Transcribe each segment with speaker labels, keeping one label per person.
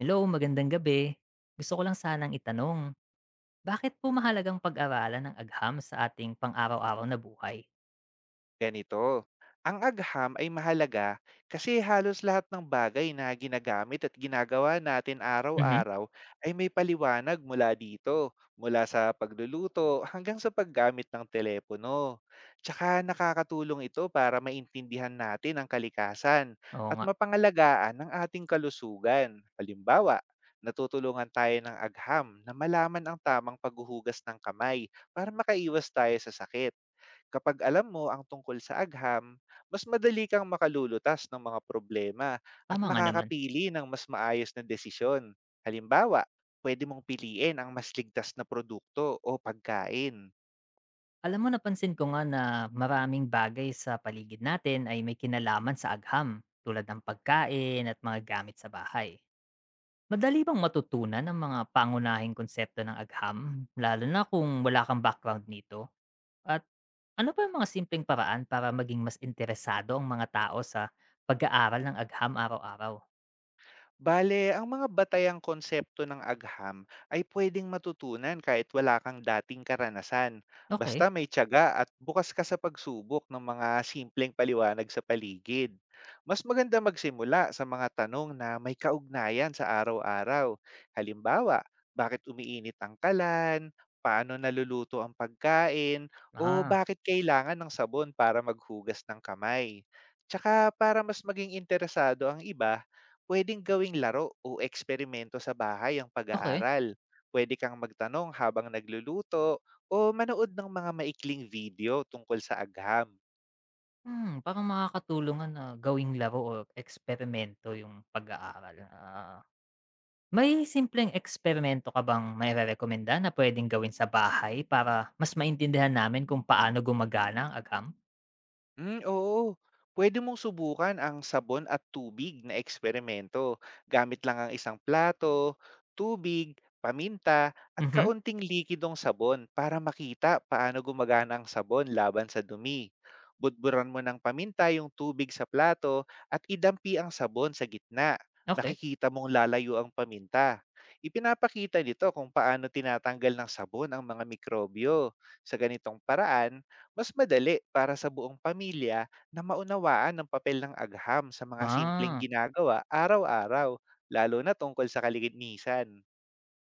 Speaker 1: Hello, magandang gabi. Gusto ko lang sanang itanong, bakit po mahalagang pag-aralan ang agham sa ating pang-araw-araw na buhay?
Speaker 2: Ganito, ang agham ay mahalaga kasi halos lahat ng bagay na ginagamit at ginagawa natin
Speaker 1: Mhm.
Speaker 2: araw-araw ay may paliwanag mula dito, mula sa pagluluto hanggang sa paggamit ng telepono. Tsaka nakakatulong ito para maintindihan natin ang kalikasan
Speaker 1: Oo
Speaker 2: at
Speaker 1: nga,
Speaker 2: mapangalagaan ang ating kalusugan. Halimbawa, natutulungan tayo ng agham na malaman ang tamang paghuhugas ng kamay para makaiwas tayo sa sakit. Kapag alam mo ang tungkol sa agham, mas madali kang makalulutas ng mga problema at
Speaker 1: tama nga naman.
Speaker 2: makakapili ng mas maayos na desisyon. Halimbawa, pwede mong piliin ang mas ligtas na produkto o pagkain.
Speaker 1: Alam mo, napansin ko nga na maraming bagay sa paligid natin ay may kinalaman sa agham, tulad ng pagkain at mga gamit sa bahay. Madali bang matutunan ang mga pangunahing konsepto ng agham, lalo na kung wala kang background nito? At ano pa yung mga simpleng paraan para maging mas interesado ang mga tao sa pag-aaral ng agham araw-araw?
Speaker 2: Bale, ang mga batayang konsepto ng agham ay pwedeng matutunan kahit wala kang dating karanasan.
Speaker 1: Okay.
Speaker 2: Basta may tiyaga at bukas ka sa pagsubok ng mga simpleng paliwanag sa paligid. Mas maganda magsimula sa mga tanong na may kaugnayan sa araw-araw. Halimbawa, bakit umiinit ang kalan? Paano naluluto ang pagkain? O
Speaker 1: Ah,
Speaker 2: bakit kailangan ng sabon para maghugas ng kamay? Tsaka para mas maging interesado ang iba, puwedeng gawing laro o eksperimento sa bahay ang
Speaker 1: okay.
Speaker 2: pag-aaral. Puwede kang magtanong habang nagluluto o manood ng mga maikling video tungkol sa agham.
Speaker 1: Hmm, parang makakatulong na gawing laro o eksperimento yung pag-aaral, ah. May simpleng eksperimento ka bang mairerekomenda na pwedeng gawin sa bahay para mas maintindihan namin kung paano gumagana ang agham?
Speaker 2: Oo. Pwede mong subukan ang sabon at tubig na eksperimento. Gamit lang ang isang plato, tubig, paminta, at
Speaker 1: Mhm,
Speaker 2: kaunting likidong sabon para makita paano gumagana ang sabon laban sa dumi. Budburan mo ng paminta yung tubig sa plato at idampi ang sabon sa gitna.
Speaker 1: okey.
Speaker 2: Makikita mong lalayo ang paminta. Ipinapakita nito kung paano tinatanggal ng sabon ang mga mikrobyo. Sa ganitong paraan, mas madali para sa buong pamilya na maunawaan ang papel ng agham sa mga simpleng
Speaker 1: Ah,
Speaker 2: ginagawa araw-araw, lalo na tungkol sa kalinisan.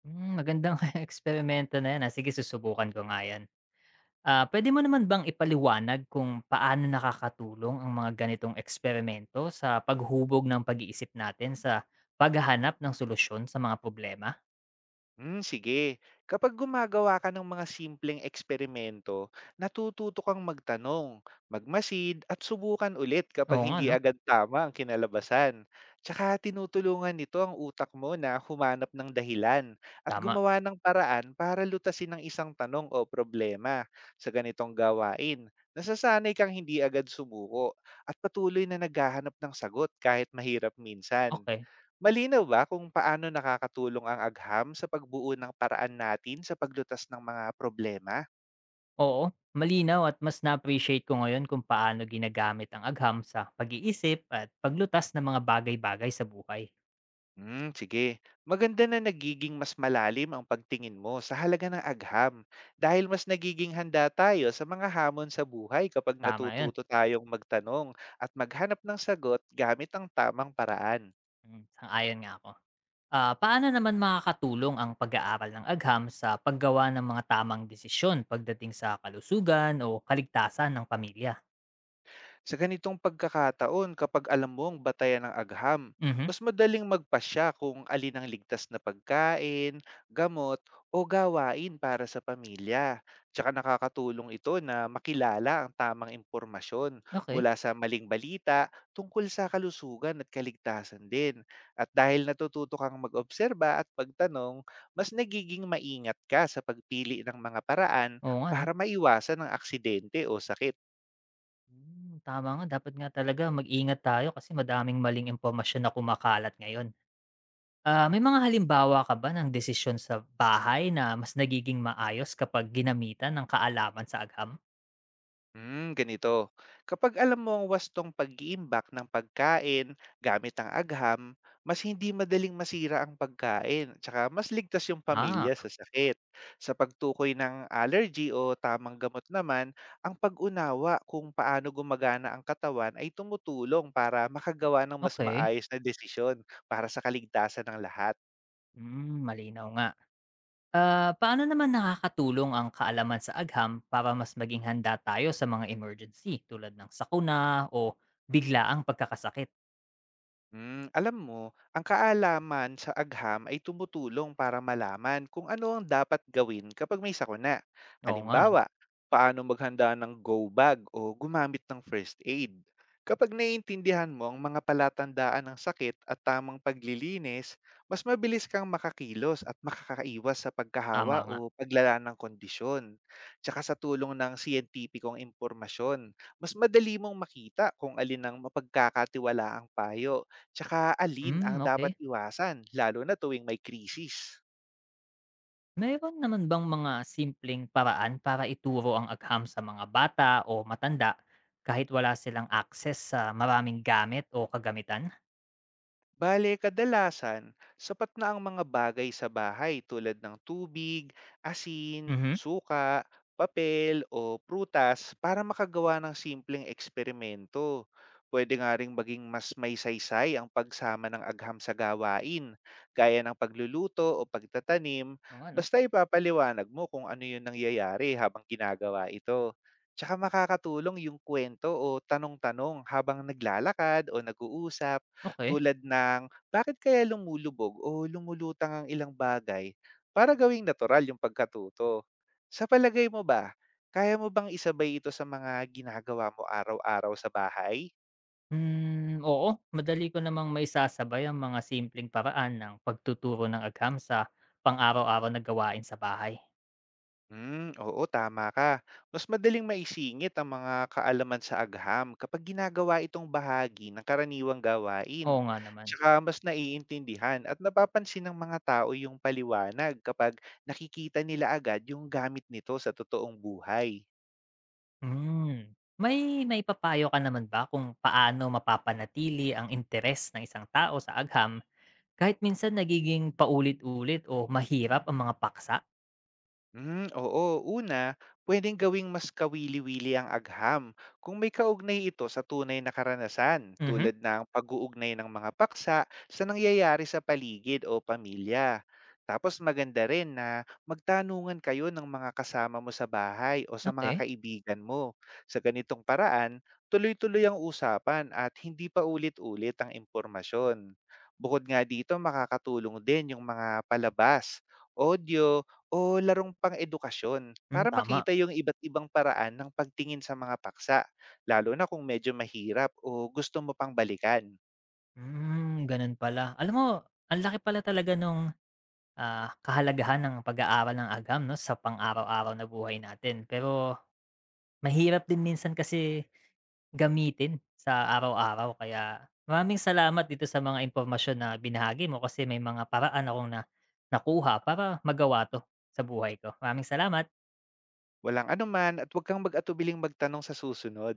Speaker 1: hmm, magandang eksperimento na yan, ah, sige, susubukan ko nga yan. Ah, puwede mo naman bang ipaliwanag kung paano nakakatulong ang mga ganitong eksperimento sa paghubog ng pag-iisip natin sa paghahanap ng solusyon sa mga problema?
Speaker 2: Sige. Kapag gumagawa ka ng mga simpleng eksperimento, natututo kang magtanong, magmasid at subukan ulit kapag
Speaker 1: Oo nga
Speaker 2: hindi
Speaker 1: 'no,
Speaker 2: agad tama ang kinalabasan. Tsaka tinutulungan nito ang utak mo na humanap ng dahilan at
Speaker 1: tama,
Speaker 2: gumawa ng paraan para lutasin ang isang tanong o problema sa ganitong gawain. Nasasanay kang hindi agad sumuko at patuloy na naghahanap ng sagot kahit mahirap minsan.
Speaker 1: okay.
Speaker 2: Malinaw ba kung paano nakakatulong ang agham sa pagbuo ng paraan natin sa paglutas ng mga problema?
Speaker 1: Oo, malinaw at mas na-appreciate ko ngayon kung paano ginagamit ang agham sa pag-iisip at paglutas ng mga bagay-bagay sa buhay.
Speaker 2: Sige. Maganda na nagiging mas malalim ang pagtingin mo sa halaga ng agham dahil mas nagiging handa tayo sa mga hamon sa buhay kapag
Speaker 1: Tama 'yun,
Speaker 2: natututo tayong magtanong at maghanap ng sagot gamit ang tamang paraan.
Speaker 1: sang-ayon nga ako. Ah, paano naman makakatulong ang pag-aaral ng agham sa paggawa ng mga tamang desisyon pagdating sa kalusugan o kaligtasan ng pamilya?
Speaker 2: Sa ganitong pagkakataon, kapag alam mong batayan ng agham,
Speaker 1: Mhm.
Speaker 2: mas madaling magpasya kung alin ang ligtas na pagkain, gamot, o gawain para sa pamilya. Tsaka nakakatulong ito na makilala ang tamang impormasyon
Speaker 1: Okey.
Speaker 2: mula sa maling balita tungkol sa kalusugan at kaligtasan din. At dahil natututo kang mag-obserba at pagtanong, mas nagiging maingat ka sa pagpili ng mga paraan
Speaker 1: Oo nga 'no.
Speaker 2: para maiwasan ang aksidente o sakit.
Speaker 1: Hmm, tama nga, dapat nga talaga mag-ingat tayo kasi madaming maling impormasyon na kumakalat ngayon. Ah, may mga halimbawa ka ba ng desisyon sa bahay na mas nagiging maayos kapag ginamitan ng kaalaman sa agham?
Speaker 2: Ganito. Kapag alam mo ang wastong pag-iimbak ng pagkain gamit ang agham, mas hindi madaling masira ang pagkain, tsaka mas ligtas yung
Speaker 1: Ah,
Speaker 2: pamilya sa sakit. Sa pagtukoy ng allergy o tamang gamot naman, ang pag-unawa kung paano gumagana ang katawan ay tumutulong para makagawa ng mas
Speaker 1: okay.
Speaker 2: maayos na desisyon para sa kaligtasan ng lahat.
Speaker 1: Hmm, malinaw nga. Ah, paano naman nakakatulong ang kaalaman sa agham para mas maging handa tayo sa mga emergency tulad ng sakuna o biglaang pagkakasakit?
Speaker 2: Alam mo, ang kaalaman sa agham ay tumutulong para malaman kung ano ang dapat gawin kapag may sakuna.
Speaker 1: Oo nga 'no,
Speaker 2: Halimbawa, paano maghanda ng go bag o gumamit ng first aid. Kapag naiintindihan mo ang mga palatandaan ng sakit at tamang paglilinis, mas mabilis kang makakilos at makakaiwas sa
Speaker 1: tama
Speaker 2: pagkahawa
Speaker 1: nga.
Speaker 2: o paglala ng kondisyon. Tsaka sa tulong ng siyentipikong impormasyon, mas madali mong makita kung alin ang mapagkakatiwalaang payo. Tsaka alin ang
Speaker 1: Hmm,
Speaker 2: dapat
Speaker 1: okey.
Speaker 2: iwasan lalo na tuwing may krisis?
Speaker 1: Meron naman bang mga simpleng paraan para ituro ang agham sa mga bata o matanda kahit wala silang access sa maraming gamit o kagamitan?
Speaker 2: Bale, kadalasan, sapat na ang mga bagay sa bahay tulad ng tubig, asin,
Speaker 1: Mhm,
Speaker 2: suka, papel o prutas para makagawa ng simpleng eksperimento. Pwede nga ring maging mas may saysay ang pagsama ng agham sa gawain, gaya ng pagluluto o pagtatanim,
Speaker 1: oo nga 'no,
Speaker 2: basta ipapaliwanag mo kung ano yung nangyayari habang ginagawa ito. Tsaka makakatulong yung kwento o tanong-tanong habang naglalakad o nag-uusap
Speaker 1: okey.
Speaker 2: tulad ng bakit kaya lumulubog o lumulutang ang ilang bagay para gawing natural yung pagkatuto. Sa palagay mo ba, kaya mo bang isabay ito sa mga ginagawa mo araw-araw sa bahay?
Speaker 1: Hmm, oo, madali ko namang maisasabay ang mga simpleng paraan ng pagtuturo ng agham sa pang-araw-araw na gawain sa bahay.
Speaker 2: Oo, tama ka. Mas madaling maisingit ang mga kaalaman sa agham kapag ginagawa itong bahagi ng karaniwang gawain.
Speaker 1: Oo nga naman.
Speaker 2: Tsaka mas naiintindihan at napapansin ng mga tao yung paliwanag kapag nakikita nila agad yung gamit nito sa totoong buhay.
Speaker 1: Hmm. May papayo ka naman ba kung paano mapapanatili ang interes ng isang tao sa agham kahit minsan nagiging paulit-ulit o mahirap ang mga paksa?
Speaker 2: Oo, una, pwedeng gawing mas kawili-wili ang agham kung may kaugnay ito sa tunay na karanasan
Speaker 1: Mhm.
Speaker 2: tulad ng pag-uugnay ng mga paksa sa nangyayari sa paligid o pamilya. Tapos maganda rin na magtanungan kayo ng mga kasama mo sa bahay o sa mga
Speaker 1: Okey.
Speaker 2: kaibigan mo. Sa ganitong paraan, tuloy-tuloy ang usapan at hindi pa ulit-ulit ang impormasyon. Bukod nga dito, makakatulong din yung mga palabas, audio, o larong pang-edukasyon
Speaker 1: Hmm,
Speaker 2: para
Speaker 1: tama.
Speaker 2: makita yung iba't ibang paraan ng pagtingin sa mga paksa, lalo na kung medyo mahirap o gusto mo pang balikan.
Speaker 1: Hmm, ganun pala. Alam mo, ang laki pala talaga nung kahalagahan ng pag-aaral ng agam 'no, sa pang-araw-araw na buhay natin. Pero mahirap din minsan kasi gamitin sa araw-araw, kaya maraming salamat dito sa mga impormasyon na binahagi mo kasi may mga paraan akong nakuha para magawa 'to sa buhay ko. Maraming salamat.
Speaker 2: Walang anuman at huwag kang mag-atubiling magtanong sa susunod.